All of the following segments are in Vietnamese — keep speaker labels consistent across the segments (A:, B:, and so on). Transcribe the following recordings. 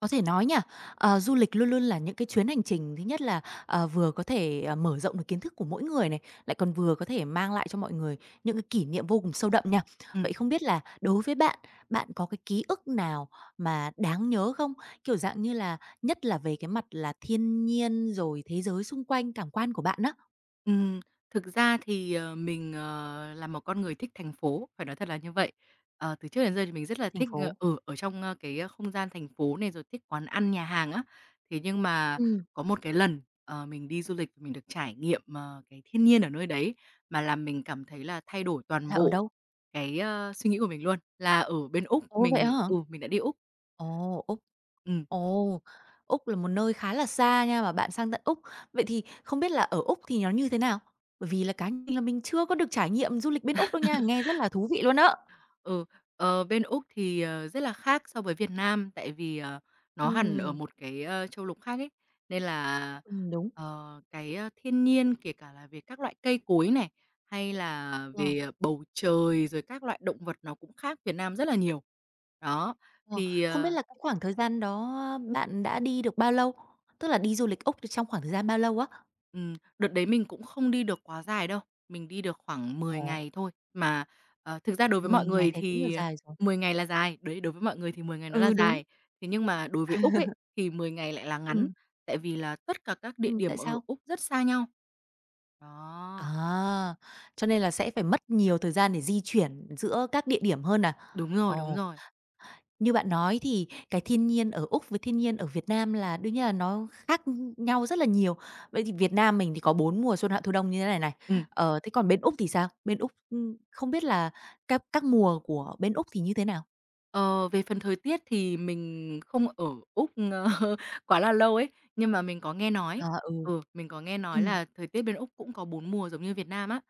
A: Có thể nói nha, du lịch luôn luôn là những cái chuyến hành trình thứ nhất là, vừa có thể, mở rộng được kiến thức của mỗi người này, lại còn vừa có thể mang lại cho mọi người những cái kỷ niệm vô cùng sâu đậm nha.
B: Ừm,
A: Vậy không biết là đối với bạn, bạn có cái ký ức nào mà đáng nhớ không? Kiểu dạng như là nhất là về cái mặt là thiên nhiên rồi thế giới xung quanh cảm quan của bạn á,
B: ừm, Thực ra thì, mình, là một con người thích thành phố, phải nói thật là như vậy. Từ trước đến giờ thì mình rất là
A: thành
B: thích,
A: phố.
B: ở trong, cái không gian thành phố này, rồi thích quán ăn, nhà hàng á. Thế nhưng mà
A: Ừm,
B: có một cái lần, mình đi du lịch, mình được trải nghiệm, cái thiên nhiên ở nơi đấy mà làm mình cảm thấy là thay đổi toàn
A: là ở
B: bộ
A: đâu?
B: cái, suy nghĩ của mình luôn, là ở bên Úc,
A: Ồ, vậy
B: mình
A: hả?
B: ừ, mình đã đi Úc.
A: Ồ, Úc.
B: Ừm.
A: Ồ, Úc là một nơi khá là xa nha, mà bạn sang tận Úc. Vậy thì không biết là ở Úc thì nó như thế nào? Bởi vì là cá nhân là mình chưa có được trải nghiệm du lịch bên Úc đâu nha, nghe rất là thú vị luôn á.
B: Ừ, Bên Úc thì, rất là khác so với Việt Nam, tại vì, nó hẳn ở
A: Ừm,
B: một cái, châu lục khác ấy, nên là,
A: đúng.
B: cái, thiên nhiên, kể cả là về các loại cây cối này, hay là
A: Ờ,
B: về bầu trời, rồi các loại động vật nó cũng khác Việt Nam rất là nhiều. Đó.
A: ờ.
B: Thì,
A: Không biết
B: ờ
A: là cái khoảng thời gian đó bạn đã đi được bao lâu? Tức là đi du lịch Úc thì trong khoảng thời gian bao lâu á?
B: Đợt đấy mình cũng không đi được quá dài đâu, mình đi được khoảng mười
A: Ồ,
B: ngày thôi. Mà, thực ra đối với
A: 10
B: mọi
A: ngày
B: người
A: thấy cũng là
B: thì,
A: dài rồi.
B: 10 ngày là dài, đấy, đối với mọi người thì 10 ngày nó là
A: Ừ, đúng.
B: dài. Thế nhưng mà đối với Úc ấy, thì 10 ngày lại là ngắn,
A: Ừm,
B: tại vì là tất cả các địa
A: tại
B: điểm ở
A: sao?
B: Úc rất xa nhau. Đó,
A: À, cho nên là sẽ phải mất nhiều thời gian để di chuyển giữa các địa điểm hơn à?
B: đúng rồi, đúng
A: Ồ.
B: rồi.
A: Như bạn nói thì cái thiên nhiên ở Úc với thiên nhiên ở Việt Nam là đương nhiên là nó khác nhau rất là nhiều. Vậy thì Việt Nam mình thì có 4 mùa xuân, hạ, thu, đông như thế này này.
B: Ừm.
A: Ờ, thế còn bên Úc thì sao? Bên Úc, không biết là các mùa của bên Úc thì như thế nào?
B: Ờ, Về phần thời tiết thì mình không ở Úc, quá là lâu ấy, nhưng mà mình có nghe nói
A: À, ừ,
B: ừ, mình có nghe nói
A: ừm,
B: là thời tiết bên Úc cũng có 4 mùa giống như Việt Nam á.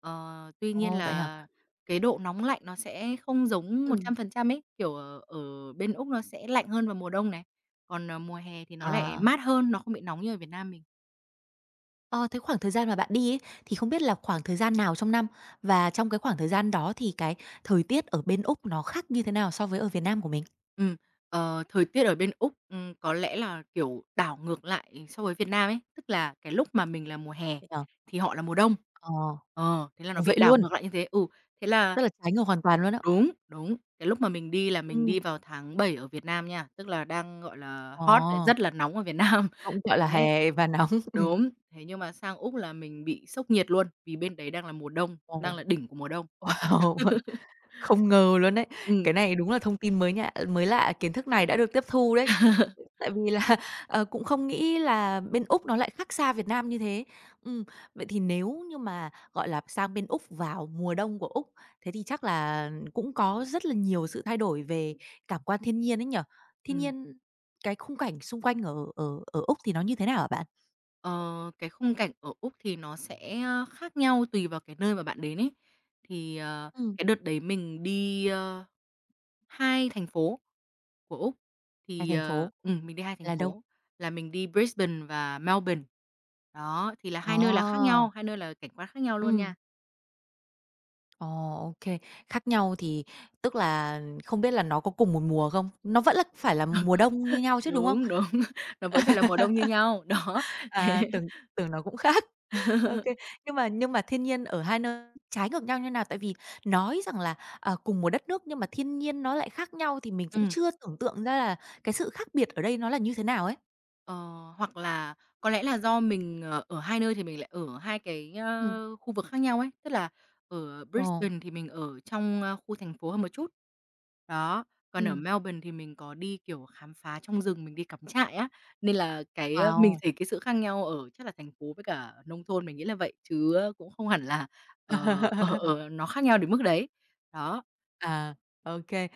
B: Tuy nhiên
A: ồ, vậy hả?
B: là cái độ nóng lạnh nó sẽ không giống
A: Ừm,
B: 100% ấy, kiểu, ở bên Úc nó sẽ lạnh hơn vào mùa đông này, còn, mùa hè thì nó lại
A: à,
B: mát hơn, nó không bị nóng như ở Việt Nam mình.
A: ờ, thế khoảng thời gian mà bạn đi ấy, thì không biết là khoảng thời gian nào trong năm? Và trong cái khoảng thời gian đó thì cái thời tiết ở bên Úc nó khác như thế nào so với ở Việt Nam của mình?
B: Ừm, Thời tiết ở bên Úc, có lẽ là, kiểu, đảo ngược lại so với Việt Nam ấy, tức là cái lúc mà mình là mùa hè
A: Vậy hả?
B: thì họ là mùa đông.
A: Ờ,
B: Thế là nó
A: ồ,
B: bị
A: vậy
B: đảo
A: luôn,
B: ngược lại như thế. Ừ, thế là
A: rất là trái ngược hoàn toàn luôn á.
B: đúng, đúng, cái lúc mà mình đi là mình
A: Ừm.
B: đi vào tháng 7 ở Việt Nam nha, tức là đang, gọi là,
A: Ờ,
B: hot lại rất là nóng ở Việt Nam.
A: cũng, gọi là,
B: Thế
A: hè và nóng.
B: đúng, thế nhưng mà sang Úc là mình bị sốc nhiệt luôn, vì bên đấy đang là mùa đông,
A: Ồ,
B: đang là đỉnh của mùa đông.
A: ồ, không ngờ luôn đấy.
B: Ừm.
A: Cái này đúng là thông tin mới lạ, kiến thức này đã được tiếp thu đấy.
B: Ừm.
A: Tại vì là, cũng không nghĩ là bên Úc nó lại khác xa Việt Nam như thế. Ừm, vậy thì nếu như mà, gọi là, sang bên Úc vào mùa đông của Úc, thế thì chắc là cũng có rất là nhiều sự thay đổi về cảm quan thiên nhiên ấy nhỉ? Thiên nhiên cái khung cảnh xung quanh ở ở ở Úc thì nó như thế nào hả bạn?
B: Ờ, cái khung cảnh ở Úc thì nó sẽ, khác nhau tùy vào cái nơi mà bạn đến ấy. Thì,
A: Ừm,
B: cái đợt đấy mình đi, 2 thành phố của Úc,
A: ngoài
B: thì,
A: thành phố
B: mình đi 2 thành
A: là đâu?
B: phố, là mình đi Brisbane và Melbourne. Đó, thì là hai nơi là khác
A: Ờ.
B: nhau, hai nơi là cảnh quan khác nhau luôn
A: Ừm.
B: nha.
A: Ồ, khác nhau thì tức là không biết là nó có cùng một mùa không? Nó vẫn là phải là mùa đông như nhau chứ, đúng không?
B: Đúng, đúng, nó vẫn phải là mùa đông như nhau, đó, thế
A: À, tưởng tưởng nó cũng khác. Ô Nhưng mà thiên nhiên ở hai nơi trái ngược nhau như nào? Tại vì nói rằng là, cùng một đất nước nhưng mà thiên nhiên nó lại khác nhau thì mình cũng
B: ừm.
A: chưa tưởng tượng ra là cái sự khác biệt ở đây nó là như thế nào ấy.
B: Ờ, Hoặc là có lẽ là do mình, ở hai nơi thì mình lại ở hai cái,
A: Ừm.
B: khu vực khác nhau ấy, tức là ở
A: Ồ.
B: Brisbane thì mình ở trong, khu thành phố hơn một chút. Đó, còn ở
A: Ừm.
B: Melbourne thì mình có đi, kiểu, khám phá trong rừng, mình đi cắm trại á, nên là cái, mình
A: Wow!
B: thấy cái sự khác nhau ở chắc là thành phố với cả nông thôn, mình nghĩ là vậy, chứ cũng không hẳn là, ờ, ở ở nó khác nhau đến mức đấy. Đó,
A: À, ô kê.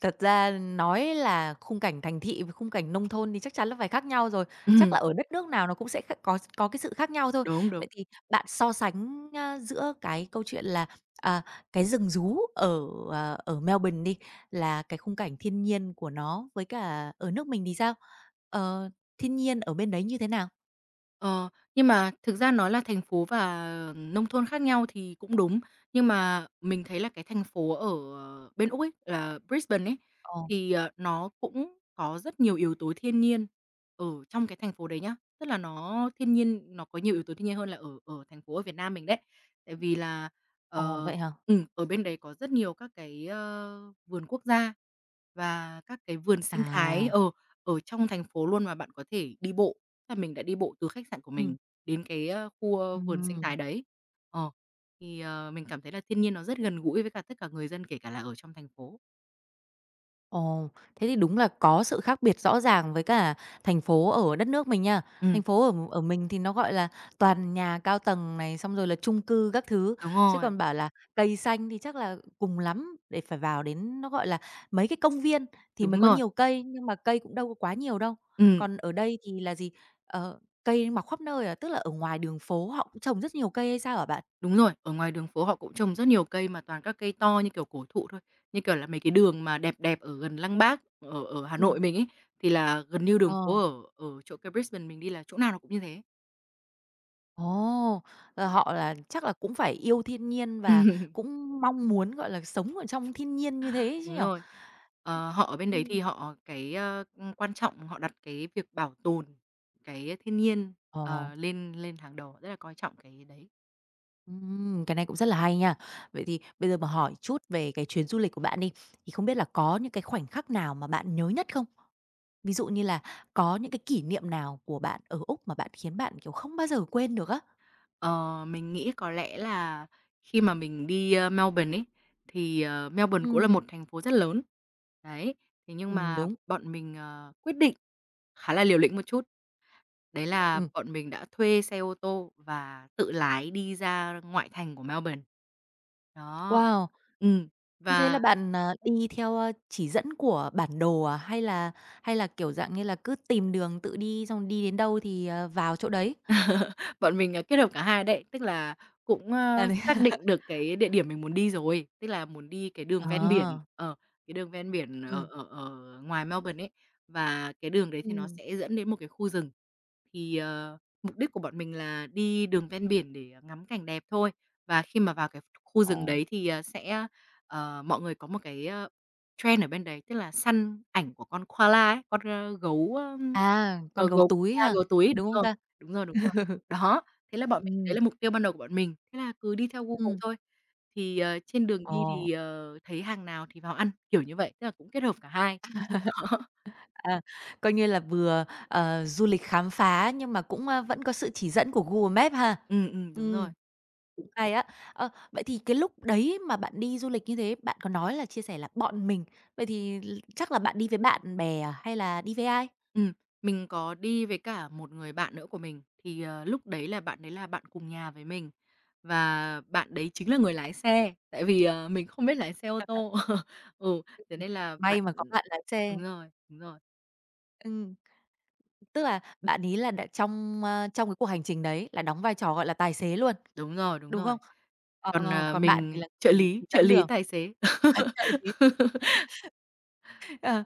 A: Thật ra nói là khung cảnh thành thị với khung cảnh nông thôn thì chắc chắn là phải khác nhau rồi, chắc là ở đất nước nào nó cũng sẽ kh có cái sự khác nhau thôi.
B: đúng, đúng.
A: Vậy thì bạn so sánh, giữa cái câu chuyện là, à, cái rừng rú ở Melbourne đi, là cái khung cảnh thiên nhiên của nó với cả ở nước mình thì sao? Ờ, thiên nhiên ở bên đấy như thế nào?
B: Ờ, nhưng mà thực ra nói là thành phố và nông thôn khác nhau thì cũng đúng, nhưng
A: Ừm.
B: mà mình thấy là cái thành phố ở bên Úc ấy, là Brisbane ấy,
A: Ồ,
B: thì, nó cũng có rất nhiều yếu tố thiên nhiên ở trong cái thành phố đấy nhá. Tức là nó thiên nhiên nó có nhiều yếu tố thiên nhiên hơn là ở ở thành phố ở Việt Nam mình đấy. Tại vì là,
A: ồ,
B: ờ
A: vậy hả?
B: ở bên đấy có rất nhiều các cái, vườn quốc gia và các cái vườn sinh thái,
A: À,
B: ở ở trong thành phố luôn mà bạn có thể đi bộ. Là mình đã đi bộ từ khách sạn của
A: ừm,
B: mình đến cái, khu, vườn sinh
A: ừm.
B: thái đấy. Ờ, thì, mình cảm thấy là thiên nhiên nó rất gần gũi với cả tất cả người dân, kể cả là ở trong thành phố.
A: Ồ, thế thì đúng là có sự khác biệt rõ ràng với cả thành phố ở đất nước mình nha. Thành
B: Ừm,
A: phố ở ở mình thì nó, gọi là, toàn nhà cao tầng này, xong rồi là chung cư các thứ,
B: đúng
A: chứ
B: rồi,
A: còn bảo là cây xanh thì chắc là cùng lắm để phải vào đến nó, gọi là, mấy cái công viên thì mới
B: đúng
A: có
B: rồi,
A: nhiều cây, nhưng mà cây cũng đâu có quá nhiều đâu.
B: ừm,
A: Còn ở đây thì là gì? Ờ, cây mọc khắp nơi à, tức là ở ngoài đường phố họ cũng trồng rất nhiều cây hay sao hả bạn?
B: đúng rồi. Ở ngoài đường phố họ cũng trồng rất nhiều cây mà toàn các cây to như kiểu cổ thụ thôi, như kiểu là mấy cái đường mà đẹp đẹp ở gần Lăng Bác, ở ở Hà
A: Ừ.
B: Nội mình ấy, thì là gần như đường phố
A: Ờ.
B: ở ở chỗ cái Brisbane mình đi là chỗ nào nó cũng như thế.
A: Ồ, là họ là chắc là cũng phải yêu thiên nhiên và cũng mong muốn, gọi là, sống ở trong thiên nhiên như thế chứ
B: Đúng
A: nhỉ?
B: rồi. Họ ở bên đấy
A: Ừm.
B: thì họ cái, quan trọng họ đặt cái việc bảo tồn cái thiên nhiên,
A: Ồ,
B: lên lên hàng đầu, rất là coi trọng cái đấy.
A: cái này cũng rất là hay nha. Vậy thì bây giờ mà hỏi chút về cái chuyến du lịch của bạn đi, thì không biết là có những cái khoảnh khắc nào mà bạn nhớ nhất không? Ví dụ như là có những cái kỷ niệm nào của bạn ở Úc mà bạn khiến bạn, kiểu, không bao giờ quên được á?
B: Ờ, mình nghĩ có lẽ là khi mà mình đi, Melbourne ấy, thì, Melbourne cũng là
A: Ừm,
B: một thành phố rất lớn. Đấy, thế nhưng mà
A: đúng,
B: bọn mình, quyết định khá là liều lĩnh một chút, đấy là
A: ừm.
B: bọn mình đã thuê xe ô tô và tự lái đi ra ngoại thành của Melbourne. Đó.
A: Wow!
B: Ừm,
A: Như thế là
B: và
A: bạn, đi theo, chỉ dẫn của bản đồ à? Hay là, kiểu, dạng như là, cứ tìm đường tự đi xong đi đến đâu thì, vào chỗ đấy?
B: Bọn mình, kết hợp cả hai đấy, tức là cũng,
A: À, đấy.
B: xác định được cái địa điểm mình muốn đi rồi, tức là muốn đi cái
A: Ờ,
B: đường ven biển, ở
A: ừm,
B: ở ở ngoài Melbourne ấy, và cái đường đấy thì nó
A: Ừm.
B: sẽ dẫn đến một cái khu rừng. Thì, mục đích của bọn mình là đi đường ven biển để, ngắm cảnh đẹp thôi, và khi mà vào cái khu
A: Ồ,
B: rừng đấy thì, sẽ, mọi người có một cái, trend ở bên đấy, tức là săn ảnh của con koala ấy, con, ơ, gấu, ơ,
A: à, con
B: ờ,
A: gấu
B: gấu
A: túi
B: koala,
A: ha,
B: gấu túi ấy, đúng
A: đúng không
B: rồi,
A: ta?
B: đúng rồi, đúng rồi. Đó, thế là bọn mình
A: Ừm,
B: đấy là mục tiêu ban đầu của bọn mình, thế là cứ đi theo Google
A: ừm,
B: thôi. Thì, trên đường đi
A: ồ.
B: thì, thấy hàng nào thì vào ăn, kiểu như vậy, tức là cũng kết hợp cả hai. Đó,
A: À, coi như là vừa, du lịch khám phá nhưng mà cũng, vẫn có sự chỉ dẫn của Google Maps ha?
B: đúng
A: Ừm,
B: rồi.
A: cũng hay á. Ờ, vậy thì cái lúc đấy mà bạn đi du lịch như thế, bạn có nói là chia sẻ là "bọn mình", vậy thì chắc là bạn đi với bạn bè à, hay là đi với ai?
B: Ừm, mình có đi với cả một người bạn nữa của mình, thì, lúc đấy là bạn cùng nhà với mình và bạn đấy chính là người lái xe, tại vì, mình không biết lái xe ô tô. Ừ, thế nên là
A: May mà có bạn lái xe.
B: đúng rồi, đúng rồi.
A: Ừm. Tức là bạn ấy là đã trong cái cuộc hành trình đấy là đóng vai trò, gọi là, tài xế luôn,
B: Đúng rồi, đúng
A: đúng
B: rồi.
A: không? Ờ,
B: Còn,
A: ờ, còn bạn thì
B: mình
A: là
B: trợ
A: người
B: lý,
A: chỉ
B: trợ
A: dẫn
B: lý
A: đường.
B: tài xế.
A: À, trợ lý Ờ,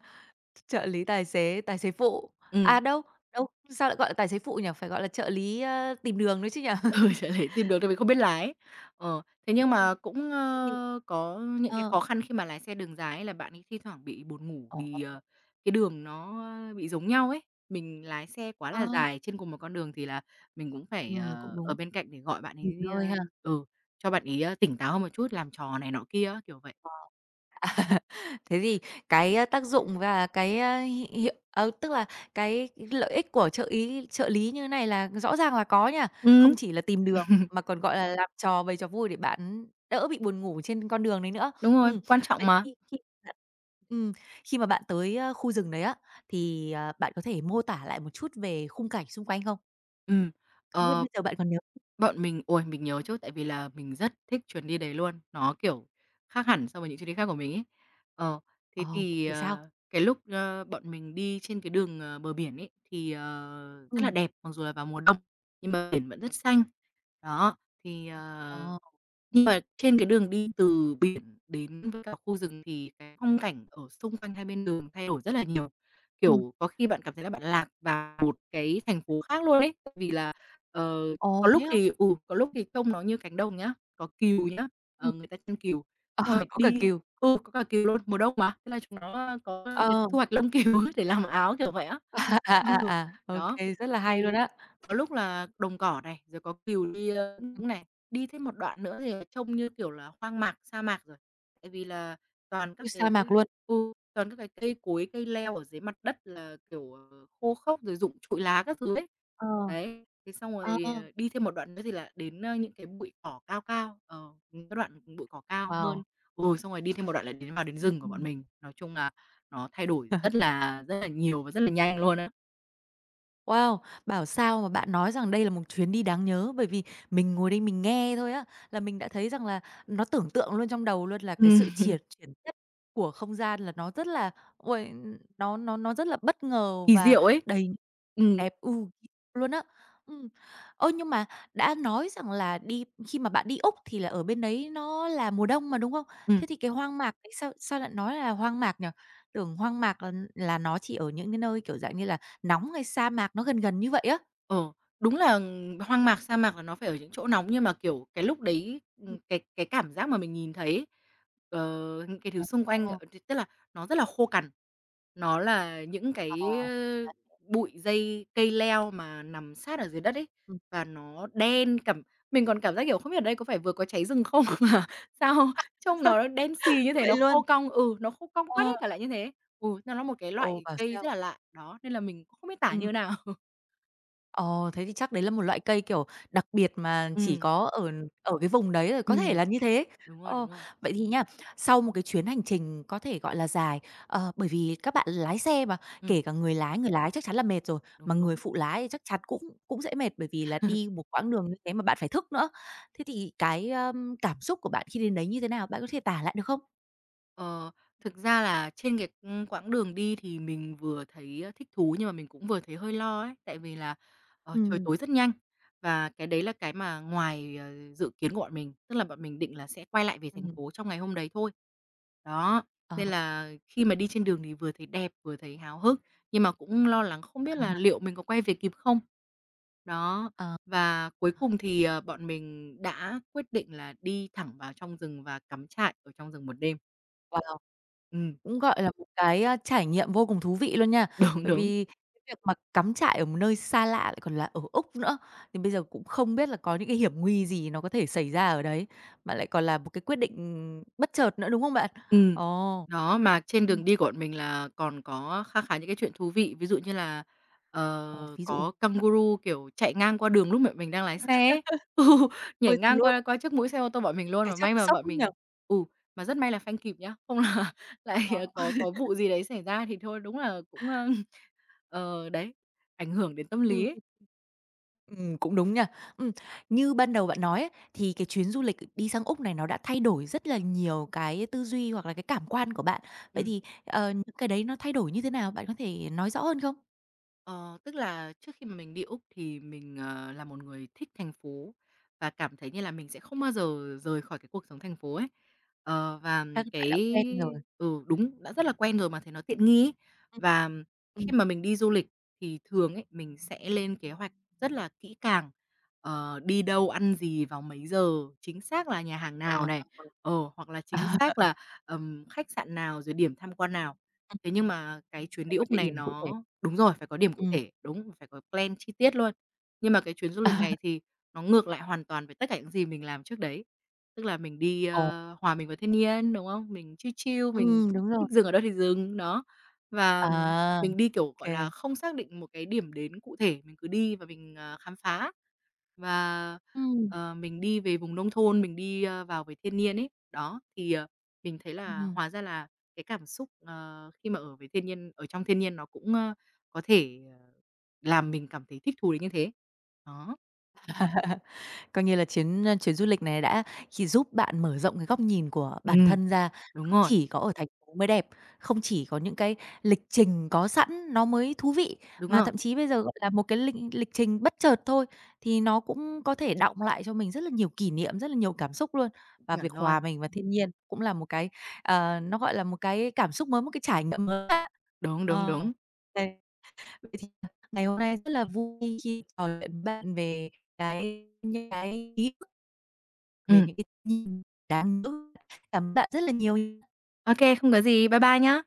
A: trợ lý tài xế phụ.
B: Ừm,
A: À, đâu, đâu, sao lại gọi là tài xế phụ nhỉ? Phải gọi là trợ lý, tìm đường nữa chứ nhỉ?
B: ừ, Trợ lý tìm được tại mình không biết lái. Ờ, Thế nhưng
A: Ừm.
B: mà cũng,
A: Thế thì
B: có những cái
A: ờ,
B: khó khăn khi mà lái xe đường dài ấy là bạn ấy thi thoảng bị buồn ngủ vì,
A: ồ,
B: cái đường nó bị giống nhau ấy. Mình lái xe quá là
A: a,
B: dài trên cùng một con đường thì là mình cũng phải,
A: cũng
B: ở
A: đúng,
B: bên cạnh để gọi bạn
A: nghỉ
B: ấy,
A: ngơi ha. Ờ.
B: ừ, cho bạn ấy, tỉnh táo hơn một chút, làm trò này nọ kia á, kiểu vậy.
A: Thế thì cái, tác dụng và cái, tức là cái lợi ích của trợ lý như thế này là rõ ràng là có nha,
B: Ừm,
A: không chỉ là tìm đường mà còn, gọi là, làm trò bày trò vui để bạn đỡ bị buồn ngủ trên con đường đấy nữa.
B: đúng rồi,
A: Ừm,
B: quan trọng
A: vậy
B: mà.
A: khi khi bạn ừm, khi mà bạn tới, khu rừng đấy á, thì, bạn có thể mô tả lại một chút về khung cảnh xung quanh không?
B: Ừm,
A: Không biết
B: ờ
A: bây giờ bạn còn nhớ
B: Bọn mình ôi, mình nhớ chứ, tại vì là mình rất thích chuyến đi đấy luôn, nó, kiểu, khác hẳn so với những chuyến đi khác của mình ấy. Ờ, Thế
A: ờ, cụ
B: thì,
A: thể sao?
B: cái lúc, bọn mình đi trên cái đường, bờ biển ấy, thì, rất là
A: Ừm,
B: đẹp, mặc dù là vào mùa đông, nhưng mà biển vẫn rất xanh. Đó, thì,
A: ờ,
B: nhưng mà trên cái đường đi từ biển đến với cả khu rừng thì cái phong cảnh ở xung quanh hai bên đường thay đổi rất là nhiều.
A: ừm,
B: Kiểu, có khi bạn cảm thấy là bạn lạc vào một cái thành phố khác luôn ấy, tại vì là, ờ có
A: ồ, thế
B: lúc
A: á?
B: thì ừ, có lúc thì trông nó như cánh đồng nhá, có cừu nhá,
A: Ừm,
B: người ta chăn cừu,
A: ờ,
B: xong rồi
A: có cả cừu.
B: có cả cừu luôn, mùa đông mà, thế là chúng nó có nhật
A: Ờ.
B: thu hoạch lông cừu để làm áo, kiểu vậy á.
A: À, à,
B: Ừ,
A: à, à, ô
B: đó,
A: kê, rất là hay luôn
B: thì
A: á.
B: có lúc là đồng cỏ này, rồi có cừu đi,
A: Ừm,
B: cũng này, đi thêm một đoạn nữa thì trông như kiểu là hoang mạc, sa mạc rồi, tại vì là toàn
A: chui
B: các
A: sa
B: cái
A: mạc luôn.
B: ừ. Toàn các cái cây cối, cây leo ở dưới mặt đất là, kiểu, khô khốc rồi rụng trụi lá các thứ ấy.
A: Ờ,
B: Đấy, thế xong
A: ờ,
B: rồi, đi thêm một đoạn nữa thì là đến, những cái bụi cỏ cao cao, những cái đoạn bụi cỏ cao hơn.
A: wow.
B: Ừ, xong rồi đi thêm một đoạn là đến vào đến rừng của bọn mình. Nói chung là nó thay đổi
A: Ừm.
B: rất là nhiều và rất là nhanh luôn á.
A: Wow! Bảo sao mà bạn nói rằng đây là một chuyến đi đáng nhớ, bởi vì mình ngồi đây mình nghe thôi á, là mình đã thấy rằng là nó tưởng tượng luôn trong đầu luôn là cái
B: Ừm,
A: sự chuyển tiếp của không gian là nó rất là ôi nó rất là bất ngờ
B: kỳ
A: và
B: diệu ấy.
A: đầy
B: Ừm,
A: đẹp luôn á. Ừm. Ơ, nhưng mà đã nói rằng là khi mà bạn đi Úc thì là ở bên đấy nó là mùa đông mà, đúng không?
B: ừm.
A: Thế thì cái hoang mạc đấy sao sao lại nói là hoang mạc nhỉ? Tưởng hoang mạc là nó chỉ ở những cái nơi, kiểu, dạng như là nóng hay sa mạc nó gần gần như vậy á.
B: Ờ, đúng là hoang mạc, sa mạc là nó phải ở những chỗ nóng, nhưng mà, kiểu, cái lúc đấy,
A: Ừm.
B: cái cảm giác mà mình nhìn thấy ấy, ờ, những cái thứ
A: Ờ,
B: xung quanh,
A: ờ,
B: thì tức là nó rất là khô cằn. Nó là những
A: ờ,
B: cái,
A: đấy,
B: bụi dây cây leo mà nằm sát ở dưới đất ấy,
A: ừm.
B: và nó đen cảm mình còn cảm giác, kiểu, không biết ở đây có phải vừa có cháy rừng không mà sao trông nó đen xì như thế,
A: Vậy
B: nó
A: luôn?
B: khô cong ừ, nó khô cong quắt
A: Ờ,
B: hết cả lại như thế. Ừ, nó là một cái
A: ồ,
B: loại
A: bảo
B: cây
A: sao?
B: rất là lạ, đó, nên là mình cũng không biết tả
A: Ừm.
B: như nào.
A: Ờ, thế thì chắc đấy là một loại cây, kiểu, đặc biệt mà chỉ
B: Ừm.
A: có ở ở cái vùng đấy rồi, có thể
B: Ừm,
A: là như thế.
B: đúng rồi,
A: Ờ,
B: đúng rồi.
A: vậy thì nhá sau một cái chuyến hành trình có thể gọi là dài, bởi vì các bạn lái xe mà,
B: Ừm,
A: kể cả người lái chắc chắn là mệt rồi, mà
B: đúng,
A: người
B: đúng.
A: phụ lái thì chắc chắn cũng cũng sẽ mệt bởi vì là đi một quãng đường như thế mà bạn phải thức nữa. Thế thì cái, cảm xúc của bạn khi đến đấy như thế nào? Bạn có thể tả lại được không?
B: Ờ, thực ra là trên cái, quãng đường đi thì mình vừa thấy, thích thú nhưng mà mình cũng vừa thấy hơi lo ấy, tại vì là, trời
A: Ừm,
B: tối rất nhanh và cái đấy là cái mà ngoài, dự kiến của bọn mình, tức là bọn mình định là sẽ quay lại về thành
A: ừm,
B: phố trong ngày hôm đấy thôi. Đó,
A: ờ,
B: nên là khi mà đi trên đường thì vừa thấy đẹp, vừa thấy háo hức, nhưng mà cũng lo lắng không biết
A: à
B: là
A: ha,
B: liệu mình có quay về kịp không? Đó,
A: ờ.
B: và cuối cùng thì, bọn mình đã quyết định là đi thẳng vào trong rừng và cắm trại ở trong rừng một đêm.
A: Wow!
B: Ừm,
A: Cũng, gọi là, một cái, trải nghiệm vô cùng thú vị luôn nha.
B: đúng,
A: Bởi
B: đúng.
A: vì cái việc mà cắm trại ở một nơi xa lạ lại còn là ở Úc nữa, thì bây giờ cũng không biết là có những cái hiểm nguy gì nó có thể xảy ra ở đấy, mà lại còn là một cái quyết định, bất chợt nữa, đúng không bạn?
B: Ừm.
A: Ồ.
B: Đó, mà trên
A: Ừm,
B: đường đi của bọn mình là còn có khá khá những cái chuyện thú vị, ví dụ như là,
A: ồ, ví dụ
B: có Kangaroo, kiểu, chạy ngang qua đường lúc mà mình đang lái xe ấy. Ừ, nhảy
A: ôi, thật
B: ngang
A: luôn,
B: qua qua trước mũi xe ô tô bọn mình luôn,
A: cái
B: mà
A: chắc
B: may
A: nó
B: mà
A: sốc
B: bọn
A: lắm nhỉ?
B: mình ừ, mà rất may là phanh kịp nhá, không là lại, ờ,
A: Ờ.
B: có vụ gì đấy xảy ra thì thôi đúng là cũng, ơ Ờ, đấy, ảnh hưởng đến tâm lý
A: Ừm.
B: ấy.
A: Cũng đúng nha. Ừm, như ban đầu bạn nói ấy, thì cái chuyến du lịch đi sang Úc này nó đã thay đổi rất là nhiều cái tư duy hoặc là cái cảm quan của bạn. Vậy
B: Ừm,
A: thì, những cái đấy nó thay đổi như thế nào? Bạn có thể nói rõ hơn không?
B: ờ, tức là trước khi mà mình đi Úc thì mình, là một người thích thành phố và cảm thấy như là mình sẽ không bao giờ rời khỏi cái cuộc sống thành phố ấy. Ờ, và
A: Chắc bạn
B: cái
A: đã quen rồi.
B: ừ, đúng, đã rất là quen rồi mà thấy nó tiện nghi ấy.
A: Ừm.
B: Và
A: Ừm,
B: khi mà mình đi du lịch thì thường ấy, mình sẽ lên kế hoạch rất là kỹ càng, đi đâu, ăn gì, vào mấy giờ, chính xác là nhà hàng
A: ờ,
B: nào này,
A: ờ, ừ.
B: hoặc là chính
A: À,
B: xác là, khách sạn nào, rồi điểm tham quan nào. Thế nhưng mà cái chuyến đi
A: rồi
B: Úc
A: địa
B: này
A: điểm cụ thể.
B: nó đúng rồi, phải có điểm cụ
A: Ừm.
B: thể, đúng, phải có plan chi tiết luôn. Nhưng mà cái chuyến du lịch này thì nó ngược lại hoàn toàn với tất cả những gì mình làm trước đấy. Tức là mình đi,
A: Ồ,
B: hòa mình vào thiên nhiên, đúng không? Mình chill chill, mình
A: đúng rồi.
B: thích dừng ở đâu thì dừng, đó. Và
A: À, ô
B: mình đi, kiểu, gọi
A: kê.
B: là, không xác định một cái điểm đến cụ thể, mình cứ đi và mình, khám phá. Và,
A: Ừm,
B: mình đi về vùng nông thôn, mình đi, vào với thiên nhiên ấy. Đó, thì, mình thấy là hóa ra là cái cảm xúc, khi mà ở với thiên nhiên ở trong thiên nhiên nó cũng, có thể, làm mình cảm thấy thích thú đến như thế. Đó.
A: coi như là chuyến du lịch này đã chỉ giúp bạn mở rộng cái góc nhìn của bản
B: Ừm,
A: thân ra,
B: đúng
A: không
B: rồi,
A: chỉ có ở thành phố mới đẹp, không chỉ có những cái lịch trình có sẵn nó mới thú vị,
B: đúng
A: mà
B: rồi,
A: thậm chí bây giờ, gọi là, một cái lịch lịch trình bất chợt thôi thì nó cũng có thể đọng lại cho mình rất là nhiều kỷ niệm, rất là nhiều cảm xúc luôn. Và việc
B: chuẩn
A: hòa
B: luôn.
A: mình vào thiên nhiên cũng là một cái, nó gọi là một cái cảm xúc mới, một cái trải nghiệm mới ha.
B: Đúng, đúng,
A: Ờ,
B: đúng.
A: Thế Vậy thì ngày hôm nay rất là vui khi trò chuyện với bạn về cái những cái ý thức
B: Ừ,
A: về những cái nhìn đáng nữ. Cảm ơn bạn rất là nhiều
B: ok không có gì. Bye bye nhá.